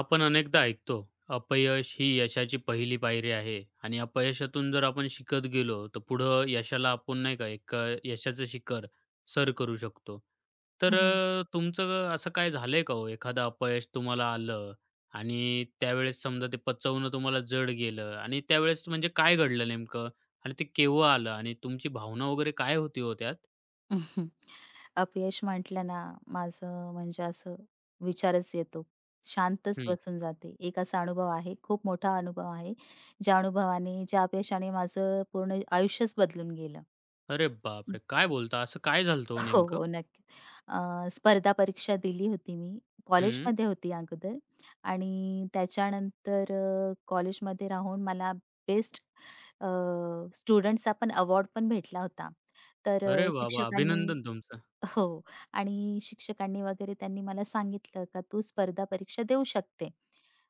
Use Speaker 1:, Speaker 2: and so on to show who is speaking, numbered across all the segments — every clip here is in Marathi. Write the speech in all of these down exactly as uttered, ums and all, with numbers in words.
Speaker 1: आपण अनेकदा ऐकतो, अपयश ही यशाची पहिली पायरी आहे आणि अपयशातून जर आपण शिकत गेलो, तर पुढं यशाला आपण नाही का एक अ, यशाचं शिखर सर करू शकतो. तर
Speaker 2: हं, हं.
Speaker 1: अ, तुमचं असं काय झालंय का हो? एखादं अपयश तुम्हाला आलं आणि त्यावेळेस समजा ते पचवणं तुम्हाला जड गेलं आणि त्यावेळेस म्हणजे काय घडलं नेमकं? आणि ते केव्हा आलं आणि तुमची भावना वगैरे काय होती हो त्यात?
Speaker 2: अपयश म्हटलं ना, माझं म्हणजे असं विचारच येतो. शांतच
Speaker 1: हं.
Speaker 2: बसून जाते. एक असा अनुभव आहे, खूप मोठा अनुभव आहे. ज्या अनुभवाने, ज्या अपयशाने माझं पूर्ण आयुष्यच बदलून गेलं.
Speaker 1: अरे बापरे! काय बोलता? असं काय झालं हो
Speaker 2: हो,
Speaker 1: नेमकं?
Speaker 2: हो, नक्की. अ, स्पर्धा परीक्षा दिली होती मी.
Speaker 1: हं.
Speaker 2: कॉलेजमध्ये होती अगोदर आणि त्याच्यानंतर अ, कॉलेजमध्ये राहून मला बेस्ट अ, पण अवॉर्ड पण भेटला होता. तर
Speaker 1: अरे
Speaker 2: अ,
Speaker 1: वाह,
Speaker 2: शिक्षकांनी
Speaker 1: अभिनंदन तुमचं.
Speaker 2: हो. आणि शिक्षकांनी वगैरे त्यांनी मला सांगितलं, "का तू स्पर्धा परीक्षा देऊ शकते.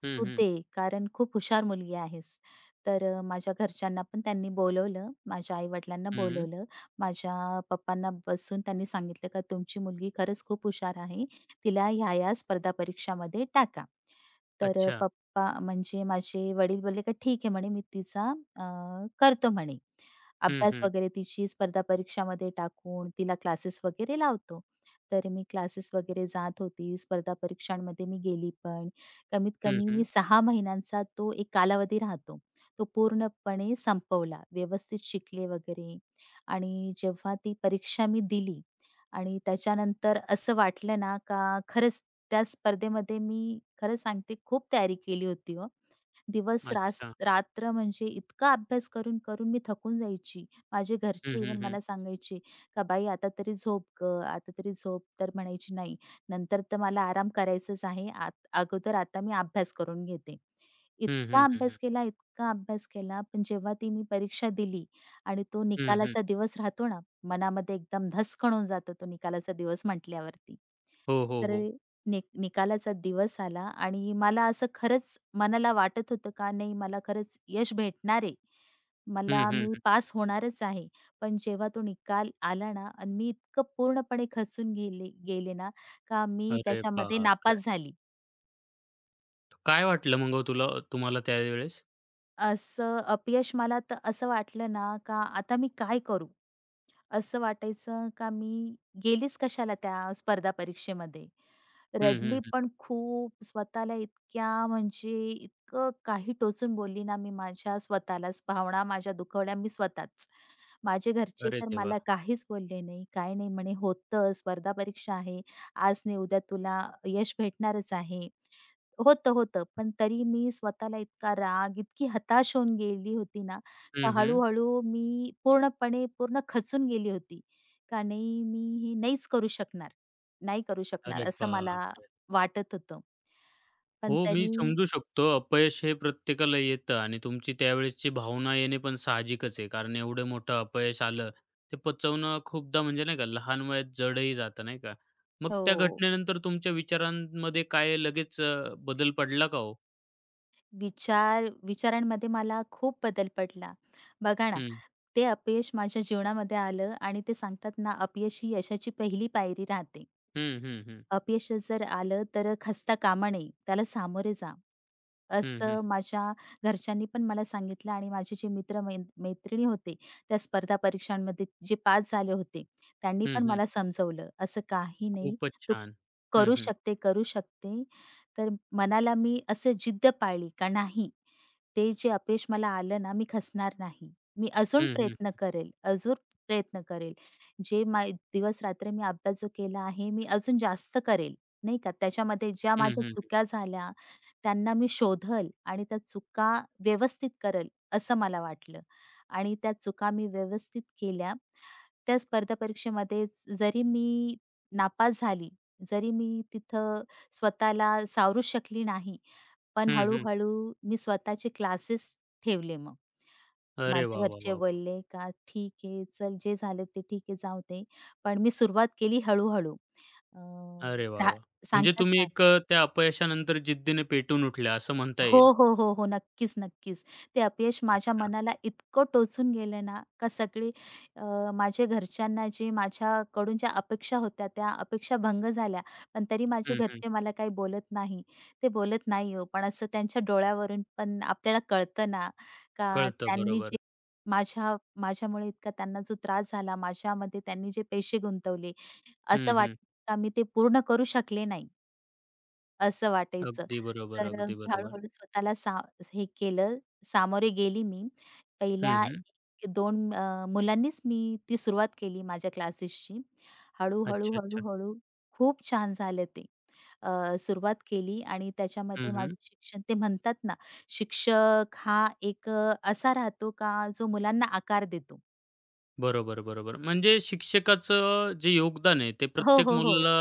Speaker 1: हं,
Speaker 2: तू
Speaker 1: हं.
Speaker 2: दे, कारण खूप हुशार मुलगी आहेस." तर अ, माझ्या घरच्यांना पण त्यांनी बोलवलं. माझ्या आई-वडिलांना
Speaker 1: हं.
Speaker 2: बोलवलं. माझ्या पप्पांना बसून त्यांनी सांगितलं, "का तुमची मुलगी खरंच खूप हुशार आहे. तिला ह्या-ह्या स्पर्धा परीक्षामध्ये टाका." तर अ,
Speaker 1: अच्छा.
Speaker 2: पप्पा म्हणजे माझे वडील बोलले, "का ठीक आहे," म्हणे, "मी तिचा अ, करतो," म्हणे.
Speaker 1: हं,
Speaker 2: अभ्यास
Speaker 1: हं.
Speaker 2: वगैरे तिची स्पर्धा परीक्षामध्ये टाकून तिला क्लासेस वगैरे लावतो. तर मी क्लासेस वगैरे जात होती. स्पर्धा परीक्षांमध्ये मी गेली पण. कमीत
Speaker 1: हं,
Speaker 2: कमी
Speaker 1: हं.
Speaker 2: मी सहा महिन्यांचा तो एक कालावधी राहतो. तो पूर्णपणे संपवला. व्यवस्थित शिकले वगैरे आणि जेव्हा ती परीक्षा मी दिली आणि त्याच्यानंतर असं वाटलं ना, का खरंच त्या स्पर्धेमध्ये मी खरं सांगते खूप तयारी केली होती हो. दिवस रास
Speaker 1: अच्छा.
Speaker 2: रात्र म्हणजे इतका अभ्यास करून, करून मी थकून जायची. माझे
Speaker 1: हं,
Speaker 2: घरचे
Speaker 1: हं,
Speaker 2: इवन
Speaker 1: हं.
Speaker 2: मला सांगायचे, "का बाई आता तरी झोप गं, आता तरी झोप." तर म्हणायची, "नाही, नंतर तर मला आराम करायचाच आहे. आत अगोदर आता मी अभ्यास करून घेते."
Speaker 1: हं,
Speaker 2: इतका
Speaker 1: हं, हं, हं.
Speaker 2: अभ्यास केला, इतका अभ्यास केला, पण जेव्हा ती मी परीक्षा दिली आणि तो
Speaker 1: हं,
Speaker 2: निकालाचा दिवस राहतो ना, मनामध्ये एकदम धसकन होऊन जातो तो निकालाचा दिवस म्हटल्यावरती.
Speaker 1: हो, हो,
Speaker 2: तर
Speaker 1: हो.
Speaker 2: नि निकालाचा दिवस आला आणि मला असं खरंच मनाला वाटत होतं का नाही मला खरंच यश भेटणार आहे.
Speaker 1: हं,
Speaker 2: मला
Speaker 1: हं,
Speaker 2: मी
Speaker 1: हं.
Speaker 2: पास होणारच आहे. पण जेव्हा तो निकाल आला ना आणि मी इतकं पूर्णपणे खचून गेले गेले ना का मी
Speaker 1: अरे
Speaker 2: त्याच्यामध्ये
Speaker 1: बापरे!
Speaker 2: नापास झाली.
Speaker 1: काय वाटलं मग हो तुला तुम्हाला त्यावेळेस?
Speaker 2: असं अपयश मला तर असं वाटलं ना का आता मी काय करू? असं वाटायचं का मी गेलीच कशाला त्या स्पर्धा परीक्षेमध्ये.
Speaker 1: हं, हं,
Speaker 2: रडली
Speaker 1: हं.
Speaker 2: पण खूप स्वतःला इतक्या म्हणजे इतकं काही टोचून बोलली ना मी माझ्या स्वतःलाच. भावना माझ्या दुखवल्या मी स्वतःच. माझे घरचे
Speaker 1: अरे
Speaker 2: तर
Speaker 1: देवा!
Speaker 2: मला काहीच बोलले नाही. काही नाही म्हणे होतं स्पर्धा परीक्षा आहे. आज नाही उद्या तुला यश भेटणारच आहे. होतं, होतं. पण तरी मी स्वतःला इतका राग, इतकी हताश होऊन गेली होती ना, तर
Speaker 1: हं, हं.
Speaker 2: हळू-हळू मी पूर्णपणे पूर्ण खचून गेली होती. का नाही मी हे नाहीच करू शकणार, नाही करू शकणार
Speaker 1: अरे
Speaker 2: असं मला
Speaker 1: बापरे!
Speaker 2: वाटत होतं. पण
Speaker 1: हो, मी
Speaker 2: त्यांनी
Speaker 1: समजू शकतो. अपयश हे प्रत्येकाला येतं आणि तुमची त्यावेळेसची भावना येणे पण साहजिकच आहे. कारण एवढं मोठं अपयश आलं, ते पचवणं खूपदा म्हणजे नाही का लहान वयात जडही जातं नाही का. मग त्या
Speaker 2: हो,
Speaker 1: घटनेनंतर तुमच्या विचारांमध्ये काय लगेच अ, बदल पडला का हो?
Speaker 2: विचार विचारांमध्ये मला खूप बदल पडला. बघा ना,
Speaker 1: हं.
Speaker 2: ते अपयश माझ्या जीवनामध्ये आलं आणि ते सांगतात ना, अपयश ही यशाची पहिली पायरी राहते.
Speaker 1: हं, हं, हं.
Speaker 2: अपयश जर आलं तर खस्ता कामा नये, त्याला सामोरे जा.
Speaker 1: हं, हं.
Speaker 2: असं माझ्या घरच्यांनी पण मला सांगितलं आणि माझे जे मित्र मै मैत्रिणी होते, त्या स्पर्धा परीक्षांमध्ये जे पास झाले होते, त्यांनी
Speaker 1: हं,
Speaker 2: पण
Speaker 1: हं.
Speaker 2: मला समजवलं, "असं काही नाही,
Speaker 1: खूपच
Speaker 2: तू
Speaker 1: छान. हं,
Speaker 2: करू
Speaker 1: हं.
Speaker 2: शकते, करू शकते." तर मनाला मी असं जिद्द पाळली का नाही, ते जे अपयश मला आलं ना, मी खचणार नाही. मी अजून
Speaker 1: हं, हं.
Speaker 2: प्रयत्न करेल, अजून प्रयत्न करेल. जे मा दिवस-रात्र मी अभ्यास जो केला आहे, मी अजून जास्त करेल, नाही का. त्याच्यामध्ये ज्या
Speaker 1: हं,
Speaker 2: माझ्या
Speaker 1: हं.
Speaker 2: चुका झाल्या, त्यांना मी शोधल आणि त्या चुका व्यवस्थित करेल, असं मला वाटलं आणि त्या चुका मी व्यवस्थित केल्या. त्या स्पर्धा परीक्षेमध्ये जरी मी नापास झाली, जरी मी तिथं स्वतःला सावरू शकली नाही, पण
Speaker 1: हं, हं.
Speaker 2: हळू मी स्वतःचे क्लासेस ठेवले मग.
Speaker 1: अरे
Speaker 2: माझ्या
Speaker 1: वाह, वाह,
Speaker 2: घरचे
Speaker 1: वाह, वाह!
Speaker 2: बोलले का "ठीक आहे, चल जे झालं ते ठीक आहे, जाऊ दे." पण मी सुरुवात केली हळू-हळू. अ,
Speaker 1: अरे वाह,
Speaker 2: रा
Speaker 1: वाह! म्हणजे
Speaker 2: सांगतात
Speaker 1: तुम्ही
Speaker 2: ना
Speaker 1: एक अ, त्या अपयशानंतर जिद्दीने पेटून उठल्या असं म्हणता
Speaker 2: हो,
Speaker 1: येईल.
Speaker 2: हो, हो, हो. नक्कीच, नक्कीच. ते अपयश माझ्या
Speaker 1: अच्छा.
Speaker 2: मनाला इतकं टोचून गेलं ना, का सगळे अ, माझ्या घरच्यांना जे माझ्याकडून ज्या अपेक्षा होत्या, त्या अपेक्षा भंग झाल्या. पण तरी माझे
Speaker 1: हं, हं.
Speaker 2: घरचे मला काही बोलत नाही. ते बोलत नाही हो, पण असं त्यांच्या डोळ्यावरून पण आपल्याला कळतं ना, का
Speaker 1: कळतं
Speaker 2: त्यांनी
Speaker 1: बरोबर.
Speaker 2: जे माझ्या माझ्यामुळे इतका त्यांना जो त्रास झाला, माझ्यामध्ये त्यांनी जे पैसे गुंतवले,
Speaker 1: हं,
Speaker 2: असं
Speaker 1: हं.
Speaker 2: वाटतं का मी ते पूर्ण करू शकले नाही. असं वाटायचं.
Speaker 1: अगदी बरोबर,
Speaker 2: तर अ,
Speaker 1: अगदी
Speaker 2: मी
Speaker 1: बरोबर.
Speaker 2: हळू-हळू स्वतःला सा हे केलं, सामोरे गेली मी.
Speaker 1: हं,
Speaker 2: पहिल्या
Speaker 1: हं.
Speaker 2: एक दोन अ, मुलांनीच मी ती सुरुवात केली माझ्या क्लासेसची. हळू-हळू,
Speaker 1: अच्छा, अच्छा.
Speaker 2: हळू-हळू खूप छान झालं ते. अ, सुरुवात केली आणि
Speaker 1: हं,
Speaker 2: त्याच्यामध्ये
Speaker 1: हं.
Speaker 2: माझं शिक्षण ते म्हणतात ना, शिक्षक हा एक अ, असा राहतो का जो मुलांना आकार देतो.
Speaker 1: बरोबर, बरोबर. म्हणजे शिक्षकाचं जे योगदान आहे ते
Speaker 2: हो,
Speaker 1: प्रत्येक
Speaker 2: हो, हो.
Speaker 1: मुलाला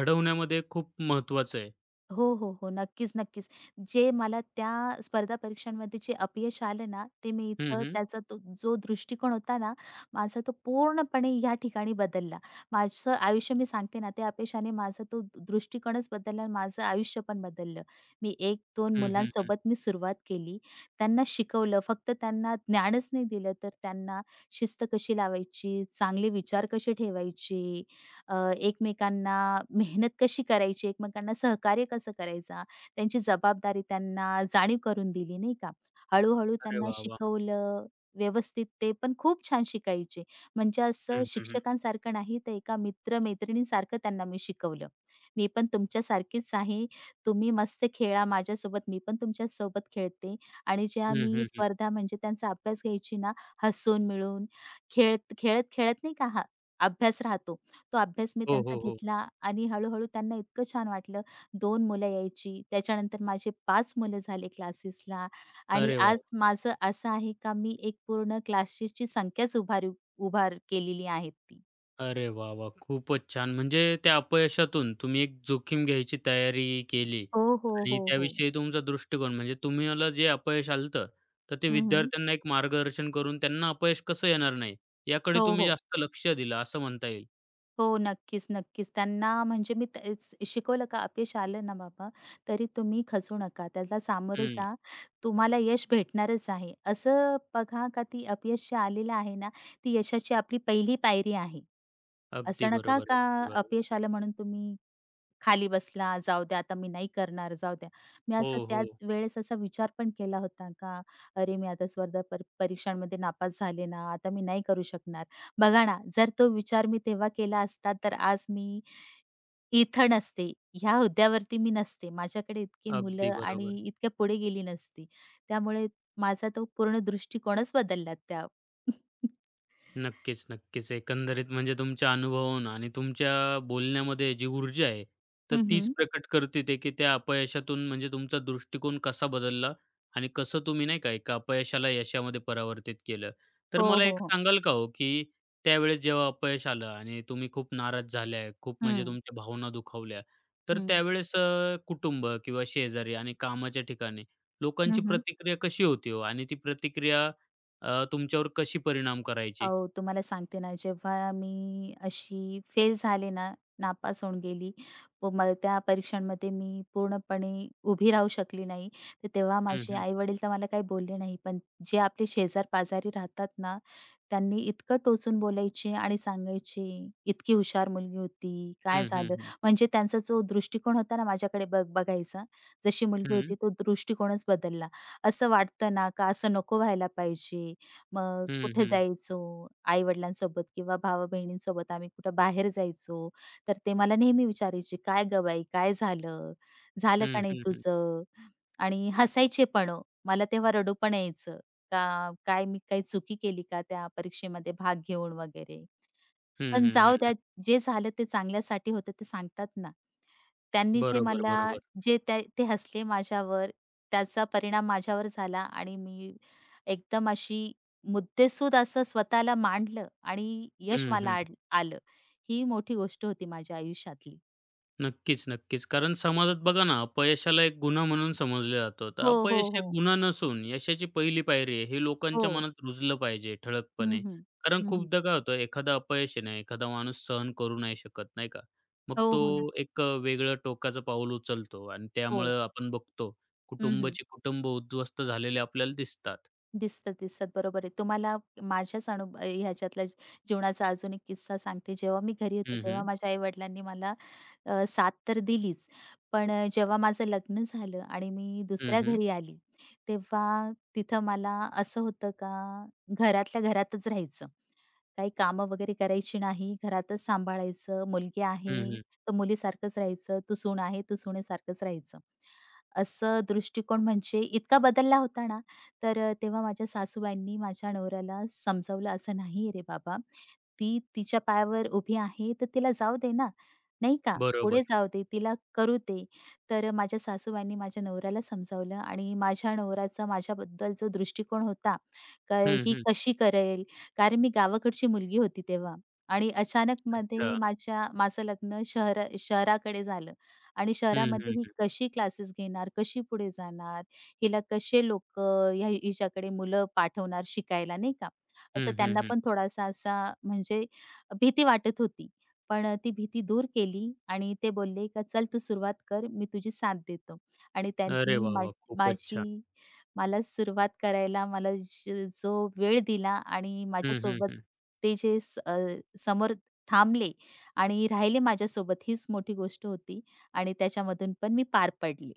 Speaker 1: घडवण्यामध्ये खूप महत्त्वाचं आहे.
Speaker 2: हो, हो, हो. नक्कीच, नक्कीच. जे मला त्या स्पर्धा परीक्षांमध्ये जे अपयश आलं ना, ते मी
Speaker 1: हं,
Speaker 2: इथं
Speaker 1: हं.
Speaker 2: त्याचा तो जो दृष्टिकोन होता ना, माझा तो पूर्णपणे या ठिकाणी बदलला. माझं आयुष्य मी सांगते ना, त्या अपयशाने माझा तो दृष्टिकोनच बदलला आणि माझं आयुष्य पण बदललं. मी एक दोन
Speaker 1: हं, हं, हं.
Speaker 2: मुलांसोबत मी सुरुवात केली. त्यांना शिकवलं, फक्त त्यांना ज्ञानच नाही दिलं, तर त्यांना शिस्त कशी लावायची, चांगले विचार कसे ठेवायचे अ, एकमेकांना मेहनत कशी करायची, एकमेकांना सहकार्य कसं करायचा, त्यांची जबाबदारी त्यांना जाणीव करून दिली, नाही का. हळू-हळू
Speaker 1: अरे
Speaker 2: त्यांना
Speaker 1: वाह, वाह!
Speaker 2: शिकवलं व्यवस्थित, ते पण खूप छान शिकायचे. म्हणजे असं
Speaker 1: हं, हं, हं.
Speaker 2: शिक्षकांसारखं नाही, तर एका मित्र-मैत्रिणींसारखं त्यांना मी शिकवलं. "मी पण तुमच्यासारखीच आहे. तुम्ही मस्त खेळा माझ्यासोबत, मी पण तुमच्यासोबत खेळते." आणि जेव्हा
Speaker 1: हं,
Speaker 2: मी
Speaker 1: हं, हं.
Speaker 2: स्पर्धा म्हणजे त्यांचा अभ्यास घ्यायची ना, हसून, मिळून, खेळत खेळत-खेळत नाही का हा अभ्यास राहतो, तो अभ्यास मी
Speaker 1: हो,
Speaker 2: त्यांचा
Speaker 1: हो, हो.
Speaker 2: घेतला आणि हळू-हळू त्यांना इतकं छान वाटलं. दोन मुलं यायची, त्याच्यानंतर माझे पाच मुलं झाले क्लासेसला आणि
Speaker 1: अरे वाह!
Speaker 2: आज माझं असं आहे का मी एक पूर्ण क्लासेसची संख्याच उभारी उभार केलेली आहे ती.
Speaker 1: अरे वाह, वाह! खूपच छान. म्हणजे त्या अपयशातून तुम्ही एक जोखीम घ्यायची तयारी केली
Speaker 2: हो, हो,
Speaker 1: आणि
Speaker 2: हो, हो.
Speaker 1: त्याविषयी तुमचा दृष्टिकोन म्हणजे तुम्हाला जे अपयश आलतं, तर ते
Speaker 2: हं, हं.
Speaker 1: विद्यार्थ्यांना एक मार्गदर्शन करून त्यांना अपयश कसं येणार नाही, याकडे
Speaker 2: हो,
Speaker 1: तुम्ही
Speaker 2: हो.
Speaker 1: जास्त लक्ष दिलं असं म्हणता येईल.
Speaker 2: हो, नक्कीच, नक्कीच. त्यांना म्हणजे मी तेच शिकवलं का अपयश आलं ना बाबा, तरी तुम्ही खचू नका. त्याला सामोरं
Speaker 1: हं.
Speaker 2: जा. तुम्हाला यश भेटणारच आहे. असं बघा का ती अपयश जे आलेलं आहे ना, ती यशाची आपली पहिली पायरी आहे.
Speaker 1: अगदी
Speaker 2: असं नका
Speaker 1: बरोबर,
Speaker 2: का
Speaker 1: अगदी बरोबर.
Speaker 2: अपयश आलं म्हणून तुम्ही खाली बसला, जाऊ द्या आता मी नाही करणार, जाऊ द्या. मी
Speaker 1: हो,
Speaker 2: असं
Speaker 1: हो.
Speaker 2: त्या वेळेस असा विचार पण केला होता का, "अरे, मी आता स्पर्धा पर परीक्षांमध्ये नापास झाले ना, आता मी नाही करू शकणार." बघा ना, जर तो विचार मी तेव्हा केला असता, तर आज मी इथं नसते, ह्या हुद्द्यावरती मी नसते. माझ्याकडे इतकी
Speaker 1: अगदी
Speaker 2: मुलं आणि
Speaker 1: बरोबर.
Speaker 2: इतक्या पुढे गेली नसती. त्यामुळे माझा तो पूर्ण दृष्टिकोनच बदलला त्या
Speaker 1: नक्कीच, नक्कीच. एकंदरीत म्हणजे तुमच्या अनुभवावरून आणि तुमच्या बोलण्यामध्ये जी ऊर्जा आहे, तर
Speaker 2: हं,
Speaker 1: तीच
Speaker 2: हं.
Speaker 1: प्रकट करते ते, की त्या अपयशातून म्हणजे तुमचा दृष्टिकोन कसा बदलला आणि कसं तुम्ही नाही का एका अपयशाला यशामध्ये परावर्तित केलं. तर
Speaker 2: हो,
Speaker 1: मला एक
Speaker 2: हो, हो.
Speaker 1: सांगाल का हो, की त्यावेळेस जेव्हा अपयश आलं आणि तुम्ही खूप नाराज झाल्या, खूप म्हणजे
Speaker 2: हं,
Speaker 1: तुमच्या भावना दुखावल्या, तर
Speaker 2: हं.
Speaker 1: त्यावेळेस अ, कुटुंब किंवा शेजारी आणि कामाच्या ठिकाणी लोकांची
Speaker 2: हं,
Speaker 1: प्रतिक्रिया कशी होती हो? आणि ती प्रतिक्रिया अ, तुमच्यावर कशी परिणाम करायची?
Speaker 2: अहो, तुम्हाला सांगते ना, जेव्हा मी अशी फेल झाले ना, नापास होऊन गेली, व मला त्या परीक्षांमध्ये मी पूर्णपणे उभी राहू शकली नाही. तर तेव्हा
Speaker 1: हं,
Speaker 2: माझे
Speaker 1: हं.
Speaker 2: आई-वडील तर मला काही बोलले नाही. पण जे आपले शेजार-पाजारी राहतात ना, त्यांनी इतकं टोचून बोलायचे आणि सांगायचे, "इतकी हुशार मुलगी होती, काय
Speaker 1: हं, हं,
Speaker 2: झालं?"
Speaker 1: हं.
Speaker 2: म्हणजे त्यांचा जो दृष्टिकोन होता ना माझ्याकडे बघ बघायचा, जशी मुलगी
Speaker 1: हं.
Speaker 2: होती तो दृष्टिकोनच बदलला. असं वाटतं ना, का असं नको व्हायला पाहिजे. मग
Speaker 1: हं,
Speaker 2: कुठे
Speaker 1: हं.
Speaker 2: जायचो, आई-वडिलांसोबत किंवा भावा-बहिणींसोबत आम्ही कुठं बाहेर जायचो, तर ते मला नेहमी विचारायचे, "काय गं बाई, काय झालं? झालं का
Speaker 1: हं,
Speaker 2: नाही
Speaker 1: हं, हं.
Speaker 2: तुझं?" आणि हसायचे पण ओ. मला तेव्हा रडू पण यायचं. का काय मी काही चुकी केली का त्या परीक्षेमध्ये भाग घेऊन वगैरे.
Speaker 1: हं,
Speaker 2: पण
Speaker 1: हं, हं,
Speaker 2: जाऊ
Speaker 1: हं.
Speaker 2: द्या, जे झालं ते चांगल्यासाठी होतं ते सांगतात ना. त्यांनी जे
Speaker 1: बरोबर,
Speaker 2: मला
Speaker 1: बरोबर.
Speaker 2: जे त्या ते हसले माझ्यावर, त्याचा परिणाम माझ्यावर झाला आणि मी एकदम अशी मुद्देसूद असं स्वतःला मांडलं आणि यश
Speaker 1: हं,
Speaker 2: मला
Speaker 1: हं.
Speaker 2: आड आलं. ही मोठी गोष्ट होती माझ्या आयुष्यातली.
Speaker 1: नक्कीच, नक्कीच. कारण समाजात बघा ना, अपयशाला एक गुन्हा म्हणून समजलं जातं. तर
Speaker 2: हो,
Speaker 1: अपयश
Speaker 2: हो,
Speaker 1: एक
Speaker 2: हो.
Speaker 1: गुन्हा नसून यशाची पहिली पायरी आहे, हे
Speaker 2: हो.
Speaker 1: लोकांच्या मनात रुजलं पाहिजे
Speaker 2: हं,
Speaker 1: ठळकपणे.
Speaker 2: हं.
Speaker 1: कारण
Speaker 2: हं, हं.
Speaker 1: खूपदा काय होतं, एखादा अपयश आहे ना, एखादा माणूस सहन करू नाही शकत, नाही का? मग
Speaker 2: हो,
Speaker 1: तो
Speaker 2: हो ना.
Speaker 1: एक अ, वेगळं टोकाचं पाऊल उचलतो आणि
Speaker 2: हो.
Speaker 1: त्यामुळं आपण बघतो,
Speaker 2: हं,
Speaker 1: कुटुंबाची कुटुंब उद्ध्वस्त झालेले आपल्याला दिसतात.
Speaker 2: दिसतात, दिसतात. बरोबर आहे. तुम्हाला माझ्याच अनु अ, ह्याच्यातला ज- जीवनाचा अजून एक किस्सा सांगते. जेव्हा मी घरी होते,
Speaker 1: हं,
Speaker 2: तेव्हा
Speaker 1: हं.
Speaker 2: माझ्या आई-वडिलांनी मला अ, साथ तर दिलीच, पण अ, जेव्हा माझं लग्न झालं आणि मी
Speaker 1: हं,
Speaker 2: दुसऱ्या
Speaker 1: हं.
Speaker 2: घरी आली, तेव्हा तिथं मला असं होतं का घरातल्या घरातच राहायचं. काही कामं वगैरे करायची नाही, घरातच सांभाळायचं. मुलगी
Speaker 1: हं,
Speaker 2: आहे,
Speaker 1: हं.
Speaker 2: तर मुलीसारखंच राहायचं. तू सून आहे, तू सुनेसारखंच राहायचं. असं दृष्टिकोन म्हणजे इतका बदलला होता ना तर अ, तेव्हा माझ्या सासूबाईंनी माझ्या नवऱ्याला समजावलं, "असं नाही रे बाबा, ती तिच्या पायावर उभी आहे, तर तिला जाऊ दे ना, नाही का?
Speaker 1: बरोबर.
Speaker 2: पुढे जाऊ दे, तिला करू दे." तर माझ्या सासूबाईंनी माझ्या नवऱ्याला समजावलं आणि माझ्या नवऱ्याचा माझ्याबद्दल जो दृष्टिकोन होता, का
Speaker 1: हं,
Speaker 2: ही
Speaker 1: हं.
Speaker 2: कशी करेल? कारण मी गावाकडची मुलगी होती तेव्हा आणि
Speaker 1: अच्छा.
Speaker 2: अचानकमध्ये माझ्या माझं लग्न शहरा शहराकडे झालं आणि
Speaker 1: हं, हं,
Speaker 2: शहरामध्ये ही
Speaker 1: हं.
Speaker 2: कशी क्लासेस घेणार? कशी पुढे जाणार? हिला कसे लोक ह्या हिच्याकडे मुलं पाठवणार शिकायला नाही का. असं
Speaker 1: हं,
Speaker 2: त्यांना
Speaker 1: हं,
Speaker 2: पण थोडासा असा म्हणजे भीती वाटत होती. पण ती भीती दूर केली आणि ते बोलले का "चल तू सुरुवात कर, मी तुझी साथ देतो." आणि
Speaker 1: अरे
Speaker 2: त्यांनी
Speaker 1: वाह,
Speaker 2: माझ
Speaker 1: वाह! खूपच छान.
Speaker 2: माझी मला सुरुवात करायला मला ज जो वेळ दिला आणि
Speaker 1: हं, हं,
Speaker 2: माझ्यासोबत
Speaker 1: हं.
Speaker 2: ते जे स अ, समोर थांबले आणि राहिले माझ्यासोबत हीच मोठी गोष्ट होती आणि त्याच्यामधून पण मी पार पडले.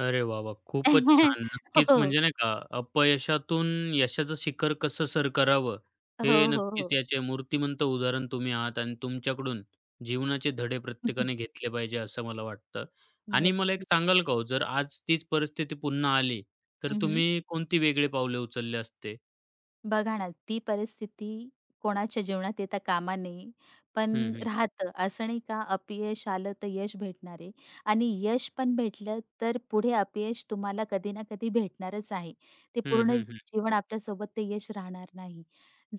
Speaker 1: अरे वाह, वाह! खूपच छान. नक्कीच
Speaker 2: हो.
Speaker 1: म्हणजे नाही का अपयशातून यशाचं शिखर कसं सर करावं, हे
Speaker 2: हो, हो,
Speaker 1: नक्कीच
Speaker 2: हो.
Speaker 1: याचे मूर्तिमंत उदाहरण तुम्ही आहात आणि तुमच्याकडून जीवनाचे धडे प्रत्येकाने घेतले पाहिजे असं मला वाटतं. आणि मला एक
Speaker 2: नक्की.
Speaker 1: सांगाल का हो, जर आज तीच परिस्थिती पुन्हा आली, तर
Speaker 2: हं,
Speaker 1: तुम्ही कोणती वेगळी पावले उचलले असते?
Speaker 2: बघा ना, ती परिस्थिती कोणाच्या जीवनात येता कामा नये. पण
Speaker 1: हं, हं.
Speaker 2: राहतं असं नाही का अपयश आलं तर यश भेटणार आहे आणि यश पण भेटलं तर पुढे अपयश तुम्हाला कधी ना कधी भेटणारच आहे. ते
Speaker 1: हं,
Speaker 2: पूर्ण
Speaker 1: हं, हं.
Speaker 2: जीवन आपल्यासोबत ते यश राहणार नाही.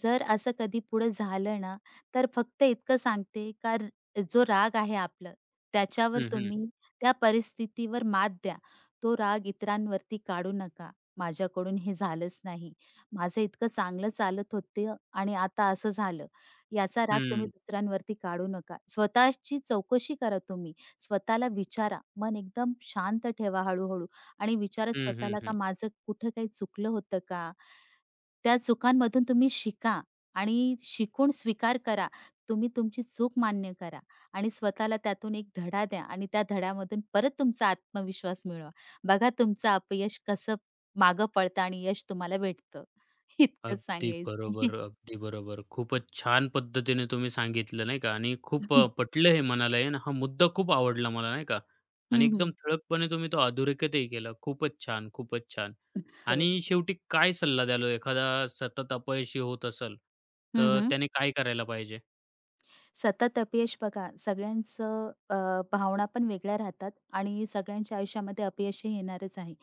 Speaker 2: जर असं कधी पुढे झालं ना, तर फक्त इतकं सांगते का र- जो राग आहे आपलं त्याच्यावर
Speaker 1: हं, हं.
Speaker 2: तुम्ही त्या परिस्थितीवर मात द्या. तो राग इतरांवरती काढू नका. माझ्याकडून हे झालंच नाही. माझं इतकं चांगलं चालत होतं आणि आता असं झालं. याचा राग तुम्ही
Speaker 1: हं.
Speaker 2: दुसऱ्यांवरती काढू नका. स्वतःची चौकशी करा तुम्ही. स्वतःला विचारा. मन एकदम शांत ठेवा हळू-हळू आणि विचारा
Speaker 1: हं, हं,
Speaker 2: स्वतःला
Speaker 1: हं.
Speaker 2: का माझं कुठं काही चुकलं होतं का? त्या चुकांमधून तुम्ही शिका आणि शिकून स्वीकार करा. तुम्ही तुमची चूक मान्य करा आणि स्वतःला त्यातून एक धडा द्या आणि त्या धड्यामधून परत तुमचा आत्मविश्वास मिळवा. बघा तुमचं अपयश कसं मागं पळतं आणि यश तुम्हाला भेटतं. इतकंच
Speaker 1: अगदी
Speaker 2: सांगायचंय.
Speaker 1: बरोबर, अगदी बरोबर. खूपच छान पद्धतीने तुम्ही सांगितलं नाही का आणि खूप अ, पटलं हे मनाला आहे ना, हा मुद्दा खूप आवडला मला नाही का आणि
Speaker 2: हं, हं.
Speaker 1: एकदम ठळकपणे तुम्ही तो अधोरेखितही केला. खूपच छान, खूपच छान.
Speaker 2: हो.
Speaker 1: आणि शेवटी काय सल्ला द्याल हो एखादा सतत अपयशी होत असेल,
Speaker 2: हं,
Speaker 1: तर
Speaker 2: हं.
Speaker 1: त्याने काय करायला पाहिजे?
Speaker 2: सतत अपयश बघा सगळ्यांचं अ, भावना पण वेगळ्या राहतात आणि सगळ्यांच्या आयुष्यामध्ये अपयश हे येणारच आहे.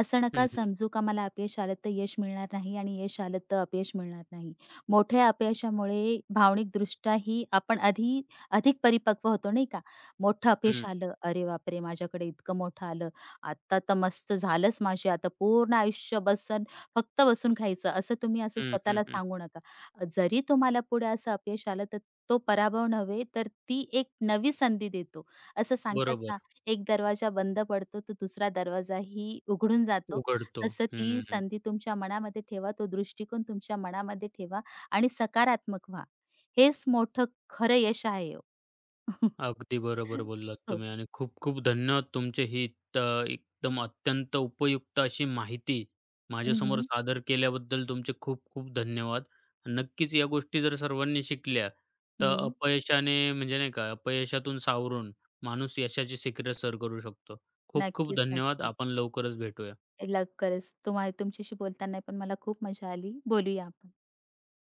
Speaker 2: असं
Speaker 1: हं,
Speaker 2: नका
Speaker 1: हं.
Speaker 2: समजू का मला अपयश आलं तर यश मिळणार नाही आणि यश आलं तर अपयश मिळणार नाही. मोठ्या अपयशामुळे भावनिकदृष्ट्याही आपण आधी अधिक परिपक्व होतो नाही का? मोठं अपयश
Speaker 1: हं,
Speaker 2: आलं, "अरे बापरे! माझ्याकडे इतकं मोठं आलं. आता तर मस्त झालंच माझे आता पूर्ण आयुष्य बसन फक्त बसून खायचं." असं तुम्ही असं
Speaker 1: हं, हं,
Speaker 2: स्वतःला
Speaker 1: हं.
Speaker 2: सांगू नका. जरी तुम्हाला पुढे असं अपयश आलं तर तो पराभव नव्हे, तर ती एक नवी संधी देतो. असं सांगतात
Speaker 1: बरोबर.
Speaker 2: ना, एक दरवाजा बंद पडतो, तर दुसरा दरवाजाही उघडून जातो.
Speaker 1: उघडतो.
Speaker 2: तसं ती
Speaker 1: हं.
Speaker 2: संधी तुमच्या मनामध्ये ठेवा, तो दृष्टिकोन तुमच्या मनामध्ये ठेवा आणि सकारात्मक व्हा. हेच मोठं खरं यश आहे हो.
Speaker 1: अगदी बरोबर बोललात
Speaker 2: हो.
Speaker 1: तुम्ही आणि खूप खूप धन्यवाद तुमचे ही त एकदम अत्यंत उपयुक्त अशी माहिती
Speaker 2: हं,
Speaker 1: माझ्यासमोर
Speaker 2: हं.
Speaker 1: सादर केल्याबद्दल तुमचे खूप खूप धन्यवाद. नक्कीच या गोष्टी जर सर्वांनी शिकल्या तर अपयशाने म्हणजे नाही का अपयशातून सावरून माणूस यशाची शिखरे सर करू शकतो. खूप खूप
Speaker 2: नक्कीच,
Speaker 1: धन्यवाद.
Speaker 2: नक्कीच.
Speaker 1: आपण लवकरच भेटूया.
Speaker 2: लवकरच तुम्हा तुमच्याशी बोलताना पण मला खूप मजा आली. बोलूया आपण.